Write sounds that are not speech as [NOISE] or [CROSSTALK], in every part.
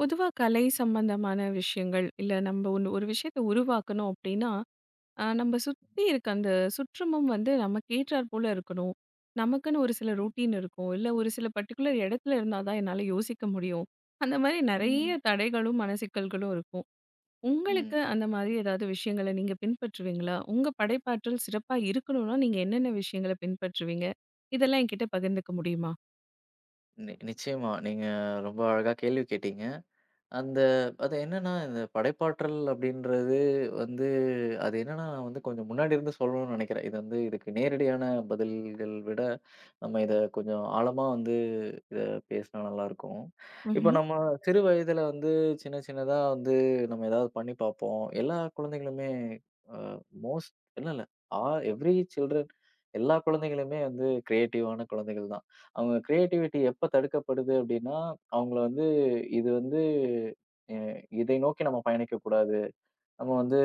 பொதுவா கலை சம்பந்தமான விஷயங்கள், இல்ல நம்ம ஒண்ணு ஒரு விஷயத்த உருவாக்கணும் அப்டின்னா, நம்ம சுத்தி இருக்க அந்த சுற்றமும் வந்து நமக்கு ஏற்றார் போல இருக்கணும். நமக்குன்னு ஒரு சில ரொட்டீன் இருக்கும். இல்ல ஒரு சில பர்ட்டிகுலர் இடத்துல இருந்தா தான் என்னால யோசிக்க முடியும். அந்த மாரி ம். நெறைய தடைகளும், மனசிக்கல்களும் இருக்கும். ம். உங்களுக்கு அந்த மாதிரி ஏதாவது விஷயங்கள நீங்க பின்பற்றுவீங்களா? உங்க படைப்பாற்றல் சிறப்பா இருக்கணும்னா, நீங்க என்னென்ன விஷயங்கள பின்பற்றுவீங்க? இதெல்லாம் என்கிட்ட பகிர்ந்துக்க முடியுமா? நிச்சயமா. நீங்க ரொம்ப அழகா கேள்வி கேட்டீங்க. அந்த அது என்னன்னா, இந்த படைப்பாற்றல் அப்படின்றது வந்து அது என்னன்னா, நான் வந்து கொஞ்சம் முன்னாடி இருந்து சொல்லணும்னு நெனைக்கிறேன். இது வந்து இதுக்கு நேரடியான பதில்கள் விட, நம்ம இத கொஞ்சம் ஆழமா வந்து இத பேசினா நல்லாயிருக்கும். இப்ப நம்ம சிறு வயதில வந்து சின்ன சின்னதா வந்து நம்ம ஏதாவது பண்ணி பார்ப்போம். எல்லா குழந்தைகளுமே அ மோஸ்ட் இல்ல, இல்ல ஆல் எவ்ரி சில்ட்ரன் எல்லா குழந்தைகளுமே வந்து கிரியேட்டிவான குழந்தைகள் தான். அவங்க கிரியேட்டிவிட்டி எப்ப தடுக்கப்படுது அப்படின்னா, அவங்கள வந்து இது வந்து எ இதை நோக்கி நம்ம பயணிக்கக்கூடாது. நம்ம வந்து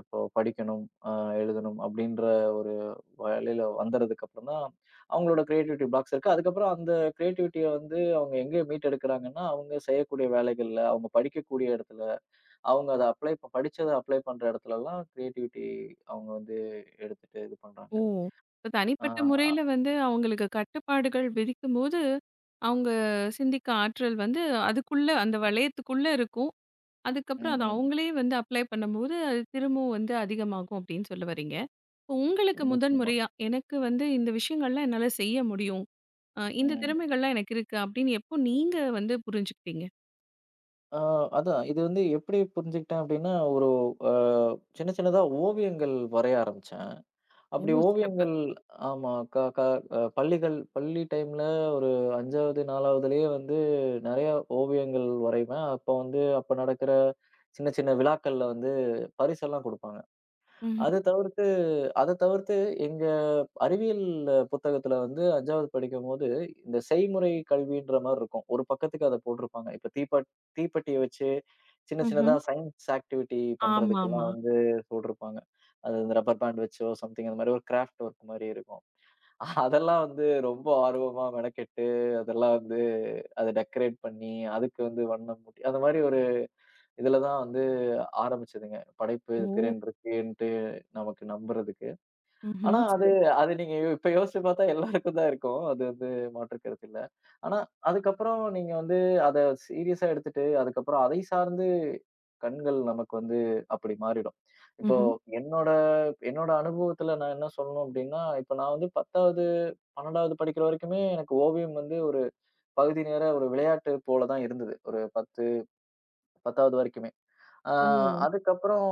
இப்போ படிக்கணும், அ எழுதணும் அப்டின்ற ஒரு வழியில வந்ததுக்கு அப்புறம் தான் அவங்களோட கிரியேட்டிவிட்டி பிளாக்ஸ் இருக்கு. அதுக்கப்புறம் அந்த கிரியேட்டிவிட்டிய வந்து அவங்க எங்க மீட்டெடுக்கிறாங்கன்னா, அவங்க செய்யக்கூடிய வேலைகள்ல, அவங்க படிக்கக்கூடிய இடத்துல, அவங்க அத அப்ளை படிச்சத அப்ளை பண்ற இடத்துலலாம் கிரியேட்டிவிட்டி அவங்க வந்து எடுத்துட்டு இது பண்றாங்க. ஓ! இப்ப ஆ தனிப்பட்ட முறையில வந்து அவங்களுக்கு கட்டுப்பாடுகள் விதிக்கும்போது, அவங்க சிந்திக்க ஆற்றல் வந்து அதுக்குள்ள அந்த வளையத்துக்குள்ள இருக்கும். அதுக்கப்புறம் அத ம். அவங்களே வந்து அப்ளை பண்ணும்போது, அது திரும்பவும் வந்து அதிகமாகும் அப்டின்னு சொல்ல வர்றீங்க. இப்போ உங்களுக்கு முதன் நிச்சயமா. முறையா, எனக்கு வந்து இந்த விஷயங்கள்லாம் என்னால செய்ய முடியும். இந்த ம். திறமைகள்லாம் எனக்கு இருக்கு அப்டின்னு எப்போ நீங்க வந்து புரிஞ்சுக்கிட்டீங்க? ஆ அதான் இது வந்து எப்டி புரிஞ்சுக்கிட்டேன் அப்டின்னா, ஒரு அ சின்ன சின்னதா ஓவியங்கள் வரைய ஆரம்பிச்சேன். ஓ! அப்படி சிறப்பு. ஓவியங்கள் ஆமா. க க பள்ளிகள் பள்ளி டைம்ல ஒரு 5வது, 4வதுலயே வந்து நெறைய ஓவியங்கள் வரைவேன். அப்போ வந்து அப்ப நடக்கிற சின்ன சின்ன விழாக்கள்ல வந்து பரிசெல்லாம் குடுப்பாங்க. ம்ஹ்ம், அத தவிர்த்து அத தவிர்த்து எங்க அறிவியல் புத்தகத்துல வந்து 5வது படிக்கும்போது, இந்த செய்முறை கல்வின்ற மாரி இருக்கும். ஒரு பக்கத்துக்கு அத போட்டிருப்பாங்க. இப்ப தீப்பெட்டிய வச்சு சின்ன சின்னதா ம்ஹ்ம். சயின்ஸ் ஆக்டிவிட்டி பண்றதுக்கெல்லாம் ஆமாமா. வந்து போட்டிருப்பாங்க. அது இந்த ரப்பர் பேண்ட் வச்சோ சம்திங் அந்த மாரி ஒரு கிராஃப்ட் ஒர்க் மாரி இருக்கும். [LAUGHS] அதெல்லாம் வந்து ரொம்ப ஆர்வமா மெனக்கெட்டு, அதெல்லாம் வந்து அத டெக்கரேட் பண்ணி, அதுக்கு வந்து வண்ணம் பூட்டி அந்த மாரி ஒரு இதுல தான் வந்து ஆரம்பிச்சதுங்க. படைப்பு ஓ! திறன் இருக்குன்ட்டு நமக்கு நம்புறதுக்கு. ம்ஹ்ம். ஆனா அது சிறப்பு. அது நீங்க இப்ப யோசிச்சு பார்த்தா எல்லாருக்கும் தான் இருக்கும். அது வந்து மாற்று கருத்து இல்ல. ஆனா அதுக்கப்புறம் நீங்க வந்து அத சீரியஸா எடுத்துட்டு, அதுக்கப்புறம் அதை சார்ந்து கண்கள் நமக்கு வந்து அப்படி மாறிடும். இப்போ ம்ஹ்ம். என்னோட என்னோட அனுபவத்துல நான் என்ன சொல்லணும் அப்படின்னா, இப்ப நான் வந்து 10வது, 12வது படிக்கிற வரைக்குமே எனக்கு ஓவியம் வந்து ஒரு பகுதி நேர ஒரு விளையாட்டு போல தான் இருந்தது. ஒரு 10, 10வது வரைக்குமே. ஆ ஓ! அதுக்கப்புறம்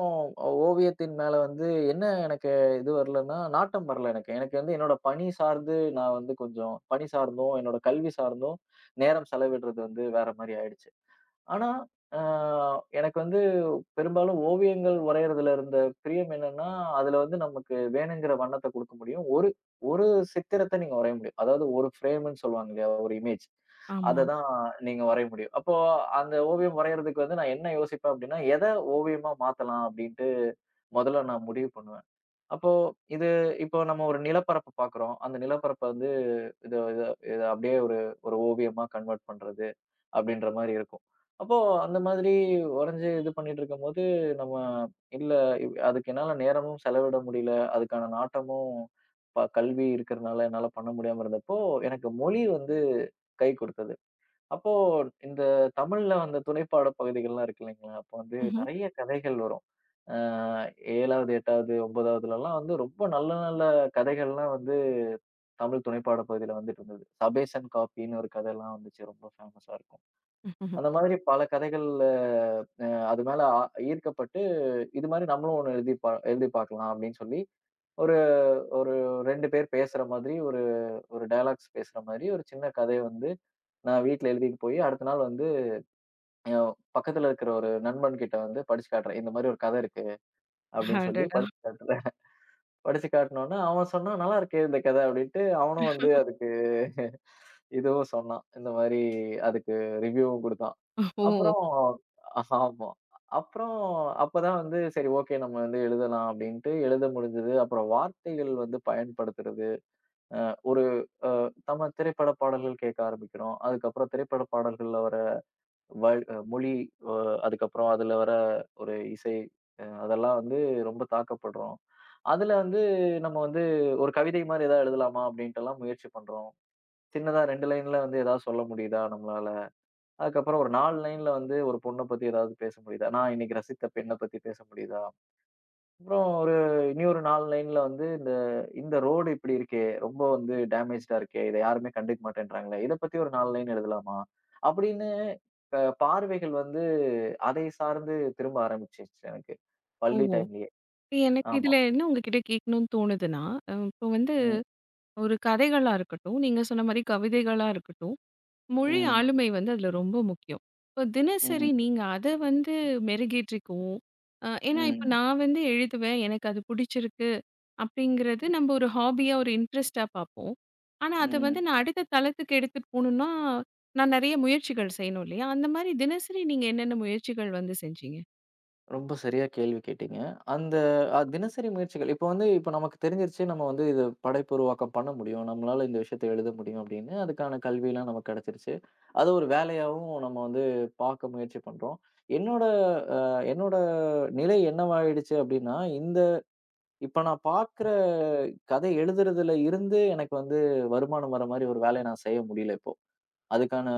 ஓவியத்தின் மேல வந்து என்ன எனக்கு இது வரலன்னா, நாட்டம் வரல எனக்கு. எனக்கு வந்து என்னோட பணி சார்ந்து நான் வந்து கொஞ்சம் பணி சார்ந்தும், என்னோட கல்வி சார்ந்தும் நேரம் செலவிடுறது வந்து வேற மாரி ஆயிடுச்சு. ஆனா, அ எனக்கு வந்து பெரும்பாலும் ஓவியங்கள் வரையறதுல இருந்த பிரியம் என்னன்னா, அதுல வந்து நமக்கு வேணுங்கிற வண்ணத்த குடுக்க முடியும். ஒரு ஒரு சித்திரத்த நீங்க வரைய முடியும். அதாவது ஒரு ஃப்ரேம்ன்னு சொல்லுவாங்க இல்லையா? ஒரு இமேஜ். அத ஆமா. தான் நீங்க வரைய முடியும். அப்போ அந்த ஓவியம் வரையறதுக்கு வந்து நான் என்ன யோசிப்பேன் அப்டின்னா, ஓவியமா மாத்தலாம் அப்டின்ட்டு முதல்ல நான் முடிவு பண்ணுவேன். அப்போ இது இப்போ நம்ம ஒரு நிலப்பரப்பு பாக்குறோம். அந்த நிலப்பரப்ப வந்து இத இத இத அப்டியே ஒரு ஒரு ஓவியமா கன்வெர்ட் பண்றது. அப்படின்ற மாரி இருக்கும். அப்போ அந்த மாதிரி உடைஞ்சு இது பண்ணிட்டு இருக்கும்போது, நம்ம இல்ல அதுக்கு என்னால நேரமும் செலவிட முடியல. அதுக்கான நாட்டமும் கல்வி இருக்கிறனால என்னால பண்ண முடியாம இருந்தப்போ, எனக்கு மொழி வந்து கை கொடுத்தது. அப்போ இந்த தமிழ்ல அந்த துணைப்பாட பகுதிகள்லாம் இருக்கு இல்லைங்களா? அப்போ வந்து ம்ஹ்ம். நெறைய கதைகள் வரும். அ 7வது, 8வது, 9வதுலலாம் வந்து ரொம்ப நல்ல நல்ல கதைகள்லாம் வந்து தமிழ் துணைப்பாட பகுதியில வந்துட்டு இருந்தது. சபேசன் காப்பின்னு ஒரு கதைலாம் வந்துச்சு. ரொம்ப ஃபேமஸா இருக்கும். அந்த மாதிரி பல கதைகள்ல அது மேல ஈர்க்கப்பட்டு, இது மாதிரி நம்மளும் ஒண்ணு எழுதி பார்க்கலாம் அப்படின்னு சொல்லி, ஒரு ஒரு 2 பேர் பேசுற மாதிரி ஒரு ஒரு டயலாக்ஸ் பேசுற மாதிரி ஒரு சின்ன கதைய வந்து நான் வீட்ல எழுதிட்டு போய், அடுத்த நாள் வந்து பக்கத்துல இருக்கிற ஒரு நண்பன்கிட்ட வந்து படிச்சு காட்டுறேன். இந்த மாதிரி ஒரு கதை இருக்கு அப்படின்னு சொல்லி அடடா! படிச்சு காட்டுறேன். படிச்சு காட்டுனோனே, அவன் சொன்னான், "நல்லா இருக்கே இந்த கதை" அப்படின்ட்டு அவனும் வந்து அதுக்கு இதுவும் சொன்னான். இந்த மாரி அதுக்கு ரிவ்யூவும் குடுத்தான். ஓ! அப்புறம் ஆமா. அப்புறம் அப்பதான் வந்து சரி ஓகே நம்ம வந்து எழுதலாம் அப்படின்ட்டு எழுத முடிஞ்சது. அப்புறம் வார்த்தைகள் வந்து பயன்படுத்துறது. ஒரு நம்ம திரைப்பட பாடல்கள் கேட்க ஆரம்பிக்கிறோம். அதுக்கப்புறம் திரைப்பட பாடல்கள்ல வர வேர்ட் மொழி, அ அதுக்கப்புறம் அதுல வர ஒரு இசை, அதெல்லாம் வந்து ரொம்ப தாக்கப்படுறோம். அதுல வந்து நம்ம வந்து ஒரு கவிதை மாரி ஏதாவது எழுதலாமா? அப்படின்ட்டுலாம் முயற்சி பண்றோம். சின்னதா 2 லைன்ல வந்து ஏதாவது சொல்ல முடியுதா நம்மளால? அதுக்கப்புறம் ஒரு 4 லைன்ல வந்து ஒரு பொண்ண பத்தி ஏதாவது பேச முடியுதா? நான் இன்னைக்கு ரசித்த பெண்ண பத்தி பேச முடியுதா? அப்புறம் ஒரு இனி ஒரு 4 லைன்ல வந்து இந்த இந்த ரோடு இப்படி இருக்கே! ரொம்ப வந்து டேமேஜ்டா இருக்கே! இத யாருமே கண்டுக்க மாட்டேன்றாங்களே! இத பத்தி ஒரு 4 லைன் எழுதலாமா? அப்படின்னு பார்வைகள் வந்து அதை சார்ந்து திரும்ப ஆரம்பிச்சுருச்சு எனக்கு. ஓ! பள்ளி டைம்லயே. இப்ப எனக்கு ஆமா. இதுல என்ன உங்ககிட்ட கேட்கணும்னு தோணுதுன்னா, இப்போ வந்து ம். ஒரு கதைகளா இருக்கட்டும், நீங்க சொன்ன மாரி கவிதைகளா இருக்கட்டும், மொழி ம். ஆளுமை வந்து அதுல ரொம்ப முக்கியம். இப்போ தினசரி ம். நீங்க அத வந்து மெருகேற்றிக்கவும் ஏன்னா இப்ப ம். நான் வந்து எழுதுவேன், எனக்கு அது பிடிச்சிருக்கு அப்படிங்கிறது நம்ம ஒரு ஹாபியா, ஒரு இன்ட்ரெஸ்ட்டா பார்ப்போம். ஆனா அத வந்து ம். நான் அடுத்த தளத்துக்கு எடுத்துட்டு போணும்னா, நான் நெறைய முயற்சிகள் செய்யணும் இல்லையா? அந்த மாரி தினசரி நீங்க என்னென்ன முயற்சிகள் வந்து செஞ்சீங்க? ரொம்ப சரியா கேள்வி கேட்டீங்க. அந்த தினசரி முயற்சிகள் இப்போ வந்து இப்போ நமக்கு தெரிஞ்சிருச்சு நம்ம வந்து இது படைப்புருவாக்கம் பண்ண முடியும். நம்மளால இந்த விஷயத்த எழுத முடியும் அப்படின்னு அதுக்கான கல்விலாம் நமக்கு கிடைச்சிருச்சு. அத ஒரு வேலையாவும் நம்ம வந்து பார்க்க முயற்சி பண்றோம். என்னோட அ என்னோட நிலை என்னவாயிடுச்சு அப்படின்னா, இப்ப நான் பார்க்குற கதை எழுதுறதுல இருந்து எனக்கு வந்து வருமானம் வர மாரி ஒரு வேலைய நான் செய்ய முடியல இப்போ. அதுக்கான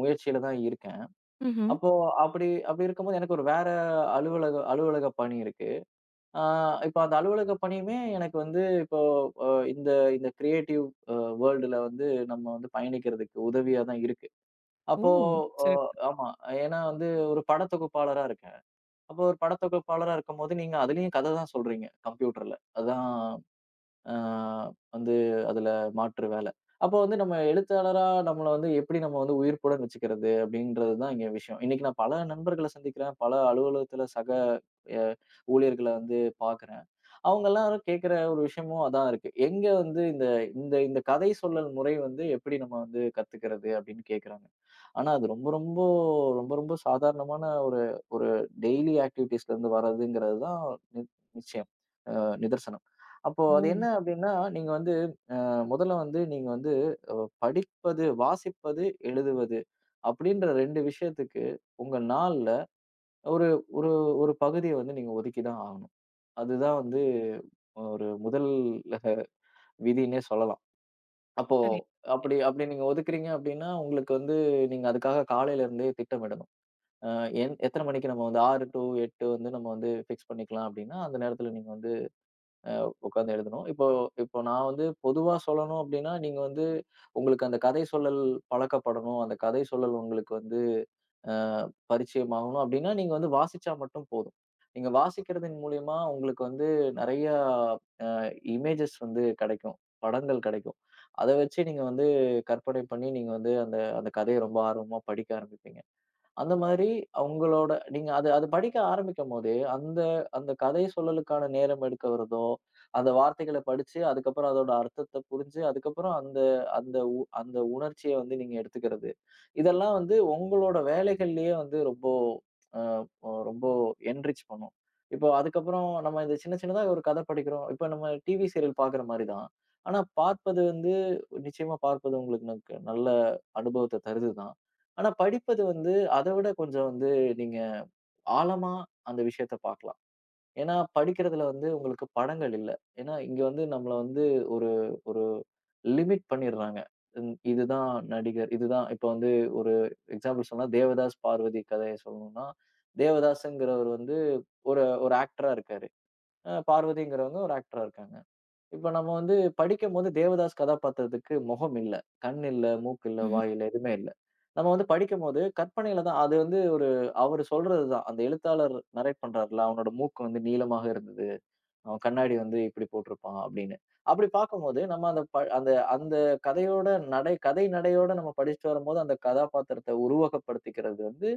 முயற்சியில தான் இருக்கேன். ம்ஹ்ம். அப்போ அப்படி அப்படி இருக்கும்போது எனக்கு ஒரு வேற அலுவலக அலுவலக பணி இருக்கு. ஆ இப்ப அந்த அலுவலக பணியுமே எனக்கு வந்து இப்போ இந்த இந்த கிரியேட்டிவ் அ வேர்ல்டுல வந்து நம்ம வந்து பயணிக்கிறதுக்கு உதவியா தான் இருக்கு. ஓ! அப்போ அ சிறப்பு. ஆமா. ஏன்னா வந்து ஒரு படத்தொகுப்பாளரா இருக்கேன். அப்போ ஒரு படத்தொகுப்பாளரா இருக்கும்போது, நீங்க அதிலயும் கத தான் சொல்றீங்க கம்ப்யூட்டர்ல. அதான் ஆ வந்து அதுல மாற்று வேல. அப்போ வந்து நம்ம எழுத்தாளரா நம்மள வந்து எப்படி நம்ம வந்து உயிர்ப்புடன் வச்சுக்கிறது அப்படின்றது தான் இங்க விஷயம். இன்னைக்கு நான் பல நண்பர்கள சந்திக்கிறேன். பல அலுவலகத்துல சக எ ஊழியர்கள வந்து பார்க்குறேன். அவங்க எல்லாரும் கேட்கிற ஒரு விஷயமும் அதான் இருக்கு. எங்க வந்து இந்த இந்த இந்த கதை சொல்லல் முறை வந்து எப்படி நம்ம வந்து கத்துக்கிறது அப்படின்னு கேட்குறாங்க. ஆனா அது ரொம்ப ரொம்ப சாதாரணமான ஒரு ஒரு டெய்லி ஆக்டிவிட்டீஸ்ல இருந்து வர்றதுங்கிறது தான் நி நிச்சயம். நிதர்சனம். அப்போ ஓ! அது என்ன அப்படின்னா, நீங்க வந்து முதல்ல வந்து நீங்க வந்து அ படிப்பது, வாசிப்பது, எழுதுவது அப்படின்ற 2 விஷயத்துக்கு உங்க நாள்ல ஒரு ஒரு ஒரு பகுதிய வந்து நீங்க ஒதுக்கி தான் ஆகணும். அதுதான் வந்து ஒரு முதல் விதின்னே சொல்லலாம். அப்போ சரி. அப்படி அப்படி நீங்க ஒதுக்குறீங்க அப்படின்னா, உங்களுக்கு வந்து நீங்க அதுக்காக காலையில இருந்தே திட்டமிடணும். அ என் எத்தன மணிக்கு நம்ம வந்து 6 டூ 8 வந்து நம்ம வந்து ஃபிக்ஸ் பண்ணிக்கலாம் அப்படின்னா, அந்த நேரத்தில நீங்க வந்து உட்காந்து எழுதணும். இப்போ இப்போ நான் வந்து பொதுவா சொல்லணும் அப்டின்னா, நீங்க வந்து உங்களுக்கு அந்த கதை சொல்லல் பழக்கப்படணும். அந்த கதை சொல்லல் உங்களுக்கு வந்து அ பரிச்சயமாகணும் அப்டின்னா, நீங்க வந்து வாசிச்சா மட்டும் போதும். நீங்க வாசிக்கிறதின் மூலியமா உங்களுக்கு வந்து நெறைய அ இமேஜஸ் வந்து கெடைக்கும். படங்கள் கெடைக்கும். அத வச்சு நீங்க வந்து கற்பனை பண்ணி, நீங்க வந்து அந்த அந்த கதைய ரொம்ப ஆர்வமா படிக்க ஆரம்பிப்பீங்க. அந்த மாதிரி அவங்களோட நீங்க அது அது படிக்க ஆரம்பிக்கும்போதே, அந்த அந்த கதை சொல்லலுக்கான நேரம் எடுக்கிறதோ, அந்த வார்த்தைகள படிச்சு, அதுக்கப்புறம் அதோட அர்த்தத்த புரிஞ்சு, அதுக்கப்புறம் அந்த அந்த உ அந்த உணர்ச்சிய வந்து நீங்க எடுத்துக்கிறது. இதெல்லாம் வந்து உங்களோட வேலைகள்லயே வந்து ரொம்போ அ ஒ ரொம்ப என்ரிச் பண்ணும். இப்போ அதுக்கப்புறம் நம்ம இந்த சின்ன சின்னதா ஒரு கதை படிக்கிறோம். இப்ப நம்ம டிவி சீரியல் பார்க்குற மாரி தான். ஆனா பார்ப்பது வந்து நிச்சயமா பார்ப்பது உங்களுக்கு நமக்கு நல்ல அனுபவத்த தருது தான். ஆனா படிப்பது வந்து அத விட கொஞ்சம் வந்து நீங்க ஆழமா அந்த விஷயத்த பார்க்கலாம். ஏன்னா, படிக்கிறதுல வந்து உங்களுக்கு படங்கள் இல்ல. ஏன்னா, இங்க வந்து நம்மள வந்து ஒரு ஒரு லிமிட் பண்ணிடுறாங்க. ம். இதுதான் நடிகர். இதுதான் இப்ப வந்து ஒரு எக்ஸாம்பிள் சொன்னா, தேவதாஸ், பார்வதி கதைய சொல்லணும்னா, தேவதாஸ்ங்கிறவர் வந்து ஒரு ஒரு ஆக்டரா இருக்காரு. பார்வதிங்கிறவங்க ஒரு ஆக்டரா இருக்காங்க. இப்ப நம்ம வந்து படிக்கும்போது தேவதாஸ் கதாபாத்திரத்துக்கு முகம் இல்ல, கண் இல்ல, மூக்கு இல்ல, ம்ஹ்ம். வாய் இல்ல, எதுவுமே இல்ல. நம்ம வந்து படிக்கும்போது கற்பனையில தான் அது வந்து ஒரு அவரு சொல்றது தான். அந்த எழுத்தாளர் நரேட் பண்றார்ல, அவனோட மூக்கு வந்து நீளமாக இருந்தது. அவன் கண்ணாடி வந்து இப்படி போட்டிருப்பான் அப்படின்னு. அப்படி பார்க்கும்போது நம்ம அந்த அந்த கதையோட கதை நடையோட நம்ம படிச்சுட்டு வரும்போது, அந்த கதாபாத்திரத்த உருவகப்படுத்திக்கிறது வந்து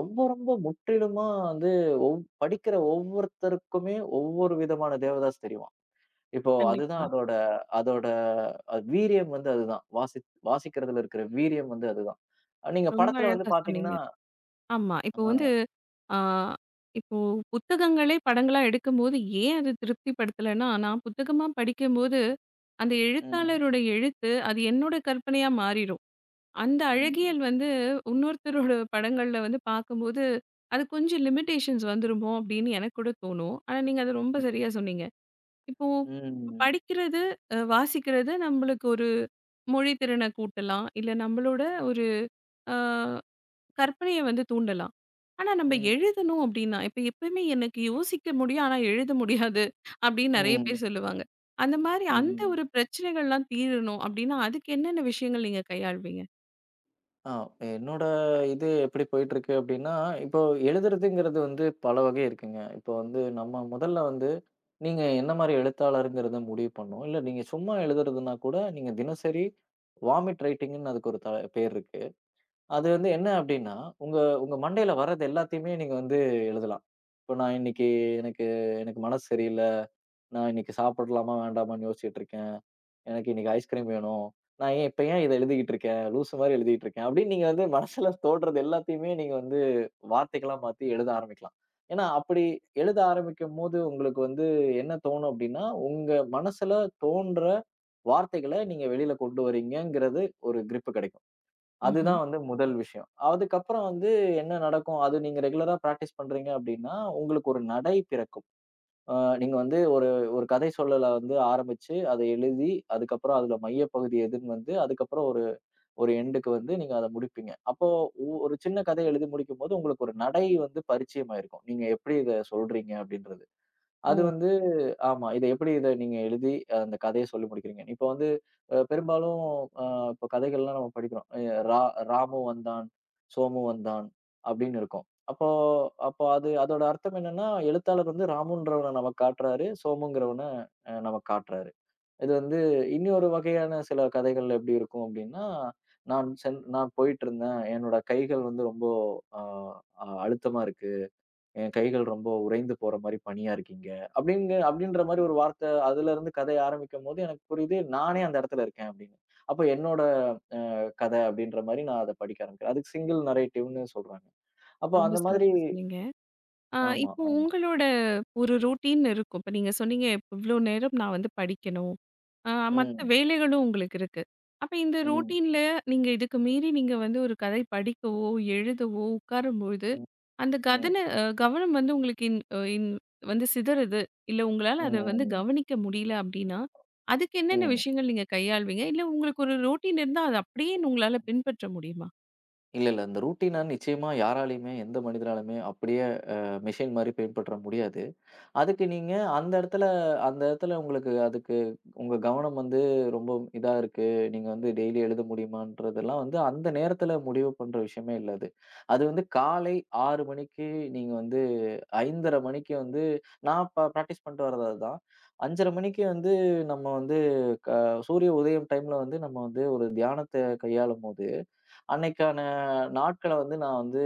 ரொம்ப ரொம்ப முற்றிலுமா வந்து ஒவ் படிக்கிற ஒவ்வொருத்தருக்குமே ஒவ்வொரு விதமான தேவதாஸ் தெரியும். இப்போ அதுதான் கண்டிப்பா. அதோட அதோட வீரியம் வந்து அதுதான். வாசிக்கிறதுல இருக்கிற வீரியம் வந்து அதுதான். நீங்க ரொம்ப படத்துல வந்து அழகா சொன்னீங்க. பாத்தீங்கன்னா ஆமா. இப்போ வந்து ஆ, ஆ இப்போ புத்தகங்களே படங்களா எடுக்கும்போது ஏன் அது திருப்திப்படுத்தலன்னா, நான் புத்தகமா படிக்கும்போது, அந்த ம். எழுத்தாளரோட எழுத்து அது என்னோட கற்பனையா மாறிரும். அந்த ம். அழகியல் வந்து இன்னொருத்தரோட படங்கள்ல வந்து பார்க்கும்போது, அது கொஞ்சம் லிமிட்டேஷன்ஸ் வந்துருமோ அப்படின்னு எனக்கு கூட தோணும். ஆனா நீங்க அத ரொம்ப சரியா சொன்னீங்க. இப்போ ம். படிக்கிறது, வாசிக்கிறது நம்மளுக்கு ஒரு மொழி திறன கூட்டலாம். இல்ல நம்மளோட ஆ, கற்பனைய வந்து தூண்டலாம். ஆனா நம்ம ம். எழுதணும் அப்டின்னா, இப்ப எப்பயுமே எனக்கு யோசிக்க முடியும். ஆனா எழுத முடியாது அப்டின்னு நெறைய பேர் ம். சொல்லுவாங்க. அந்த மாரி அந்த ம். ஒரு பிரச்சனைகள்லாம் தீரணும் அப்டின்னா, அதுக்கு என்னென்ன விஷயங்கள் நீங்க கையாள்வீங்க? ஆ என்னோட இது எப்படி போயிட்டுருக்கு அப்டின்னா, இப்போ எழுதுறதுங்கிறது வந்து பல வகை இருக்குங்க. இப்போ வந்து நம்ம முதல்ல வந்து நீங்க என்ன மாரி எழுத்தாளர்ங்கிறத முடிவு பண்ணணும். இல்ல நீங்க சும்மா எழுதுறதுன்னா கூட நீங்க தினசரி வாமிட் ரைட்டிங்ன்னு அதுக்கு ஒரு பேர் இருக்கு. அது வந்து என்ன அப்டின்னா, உங்க உங்க மண்டையில வர்றது எல்லாத்தையுமே நீங்க வந்து எழுதலாம். இப்ப நான் இன்னைக்கு எனக்கு எனக்கு மனசு சரியில்ல. நான் இன்னைக்கு சாப்பிடலாமா வேண்டாமான்னு யோசிச்சுட்டு இருக்கேன். எனக்கு இன்னைக்கு ஐஸ்கிரீம் வேணும். நான் ஏன் இப்ப ஏன் இத எழுதிக்கிட்டு இருக்கேன்? லூசு மாரி எழுதிக்கிட்டு இருக்கேன். அப்டின்னு நீங்க வந்து மனசுல தோன்றது எல்லாத்தையுமே நீங்க வந்து வார்த்தைகளா மாத்தி எழுத ஆரம்பிக்கலாம். ஏன்னா, அப்படி எழுத ஆரம்பிக்கும்போது உங்களுக்கு வந்து என்ன தோணும் அப்டின்னா, உங்க மனசுல தோன்ற வார்த்தைகள நீங்க வெளியில கொண்டு வரீங்கங்கிறது ஒரு கிரிப் கெடைக்கும். ம்ஹ்ம். அதுதான் வந்து முதல் விஷயம். அதுக்கப்புறம் வந்து என்ன நடக்கும்? அது நீங்க ரெகுலரா பிராக்டிஸ் பண்றீங்க அப்டின்னா, உங்களுக்கு ஒரு நடை பிறக்கும். அ நீங்க வந்து ஒரு ஒரு கதை சொல்லல வந்து ஆரம்பிச்சு, அத எழுதி, அதுக்கப்புறம் அதுல மையப்பகுதி எதுன்னு வந்து, அதுக்கப்புறம் ஒரு ஒரு எண்டுக்கு வந்து நீங்க அத முடிப்பீங்க. அப்போ ஒரு சின்ன கதை எழுதி முடிக்கும்போது, உங்களுக்கு ஒரு நடை வந்து பரிச்சயமாயிருக்கும். நீங்க எப்படி இத சொல்றீங்க அப்டின்றது. அது ஓ! வந்து ஆமா. இத நீங்க எழுதி அந்த கதைய சொல்லி முடிக்கிறீங்க? இப்ப வந்து பெரும்பாலும் அ இப்ப கதைகள்லாம் நம்ம படிக்கிறோம். எ ரா ராமு வந்தான், சோமு வந்தான் அப்படின்னு இருக்கும். அப்போ அப்போ அது அதோட அர்த்தம் என்னன்னா, எழுத்தாளர் வந்து ராமுன்றவன நமக்கு காட்டுறாரு, சோமுங்கிறவன நமக்கு காட்டுறாரு. இது வந்து இன்னொரு வகையான சில கதைகள்ல எப்படி இருக்கும் அப்படின்னா, நான் போயிட்டு இருந்தேன். என்னோட கைகள் வந்து ரொம்ப அ அ அழுத்தமா இருக்கு. என் கைகள் ரொம்ப உறைந்து போற மாரி பனியா இருக்கீங்க. அப்டின்ற மாரி ஒரு வார்த்தை அதுலருந்து கதை ஆரம்பிக்கும்போது எனக்கு புரியுது, நானே அந்த இடத்துல இருக்கேன் அப்டின்னு. அப்ப என்னோட கதை அப்டின்ற மாரி நான் அத படிக்க ஆரம்பிக்கிறேன். அதுக்கு சிங்கிள் நரேட்டிவ்ன்னு சொல்றாங்க. அப்போ ரொம்ப அந்த மாதிரி சிறப்பா சொன்னீங்க. ஆ, ஆமா, இப்போ ஆமா. உங்களோட ஒரு ரொட்டீன் இருக்கும். இப்ப நீங்க சொன்னீங்க, இவ்ளோ நேரம் நான் வந்து படிக்கணும். ஆ மத்த ம். வேலைகளும் உங்களுக்கு இருக்கு. அப்ப இந்த ம். ரொட்டீன்ல நீங்க இதுக்கு மீறி நீங்க வந்து ஒரு கதை படிக்கவோ, எழுதவோ உட்காரும்பொழுது, ம். அந்த ம். கதன கவனம் வந்து உங்களுக்கு இன் வந்து சிதறுது. இல்ல உங்களால அத வந்து ம். கவனிக்க முடியல அப்டின்னா, அதுக்கு என்னென்ன ம். விஷயங்கள் நீங்க கையாள்வீங்க? இல்ல உங்களுக்கு ஒரு ரொட்டீன் இருந்தா, அது அப்படியே உங்களால பின்பற்ற முடியுமா? இல்ல, இல்ல. இந்த ரூட்டின நிச்சயமா யாராலயுமே, எந்த மனிதனாலுமே அப்டியே மெஷின் மாரி பின்பற்ற முடியாது. அதுக்கு நீங்க அந்த இடத்துல உங்களுக்கு அதுக்கு உங்க கவனம் வந்து ரொம்ப இதா இருக்கு. நீங்க வந்து டெய்லி எழுத முடியுமான்றதெல்லாம் வந்து அந்த நேரத்துல முடிவு பண்ற விஷயமே இல்ல அது. அது வந்து காலை 6 மணிக்கு நீங்க வந்து 5:30 மணிக்கு வந்து நான் பிராக்டிஸ் பண்ணிட்டு வர்றது அதுதான். 5:30 மணிக்கு வந்து நம்ம வந்து க சூரிய உதயம் டைம்ல வந்து நம்ம வந்து ஒரு தியானத்த கையாளும்போது, அன்னைக்கான நாட்கள வந்து நான் வந்து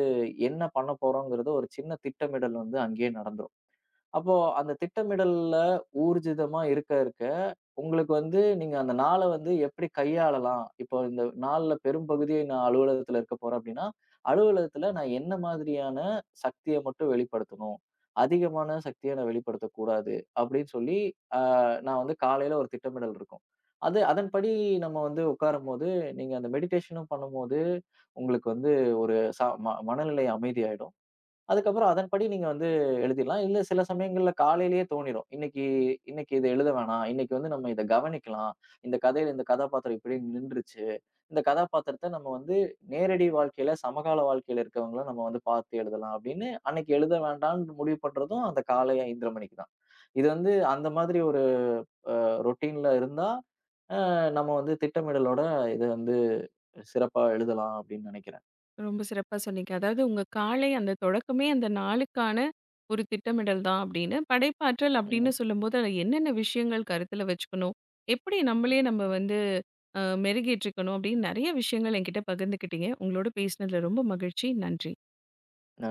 என்ன பண்ண போறோங்கிறத ஒரு சின்ன திட்டமிடல் வந்து அங்கேயே நடந்துரும். அப்போ அந்த திட்டமிடல்ல ஊர்ஜிதமா இருக்க, இருக்க உங்களுக்கு வந்து நீங்க அந்த நாள வந்து எப்படி கையாளலாம்? இப்போ இந்த நாள்ல பெரும்பகுதியை நான் அலுவலகத்துல இருக்க போறேன் அப்படின்னா, அலுவலகத்துல நான் என்ன மாதிரியான சக்திய மட்டும் வெளிப்படுத்தணும்? அதிகமான சக்திய நான் வெளிப்படுத்தக்கூடாது. அப்படின்னு சொல்லி அ நான் வந்து காலையில ஒரு திட்டமிடல் இருக்கும். அது அதன்படி நம்ம வந்து உட்காரும்போது, நீங்க அந்த மெடிடேஷனும் பண்ணும்போது, உங்களுக்கு வந்து ஒரு ச ம மனநிலை அமைதியாயிடும். அதுக்கப்புறம் அதன்படி நீங்க வந்து எழுதிடலாம். இல்ல சில சமயங்கள்ல காலையிலேயே தோணிரும். இன்னைக்கு இன்னைக்கு இத எழுத வேணாம். இன்னைக்கு வந்து நம்ம இத கவனிக்கலாம். இந்த கதையில இந்த கதாபாத்திரம் இப்படி நின்றுச்சு. இந்த கதாபாத்திரத்த நம்ம வந்து நேரடி வாழ்க்கையில, சமகால வாழ்க்கையில இருக்கவங்கள நம்ம வந்து பார்த்து எழுதலாம் அப்படின்னு அன்னைக்கு எழுத வேண்டாம்ன்னு முடிவு பண்றதும் அந்த காலை 5:30 மணிக்கு தான். இது வந்து அந்த மாதிரி ஒரு ரொட்டீன்ல இருந்தா, அ நம்ம வந்து திட்டமிடலோட இத வந்து சிறப்பா எழுதலாம் அப்படின்னு நினைக்கிறேன். ரொம்ப சிறப்பா சொன்னீங்க. அதாவது உங்க காலை அந்த தொடக்கமே அந்த நாளுக்கான ஒரு திட்டமிடல் தான் அப்படின்னு. படைப்பாற்றல் அப்படின்னு ம். சொல்லும்போது அதுல என்னென்ன விஷயங்கள் கருத்துல வச்சுக்கணும்? எப்படி நம்மளே நம்ம வந்து மெருகேற்றிக்கணும் அப்படின்னு நெறைய விஷயங்கள் என்கிட்ட பகிர்ந்துக்கிட்டீங்க. உங்களோட பேசினதுல ரொம்ப மகிழ்ச்சி. நன்றி. நன்றி.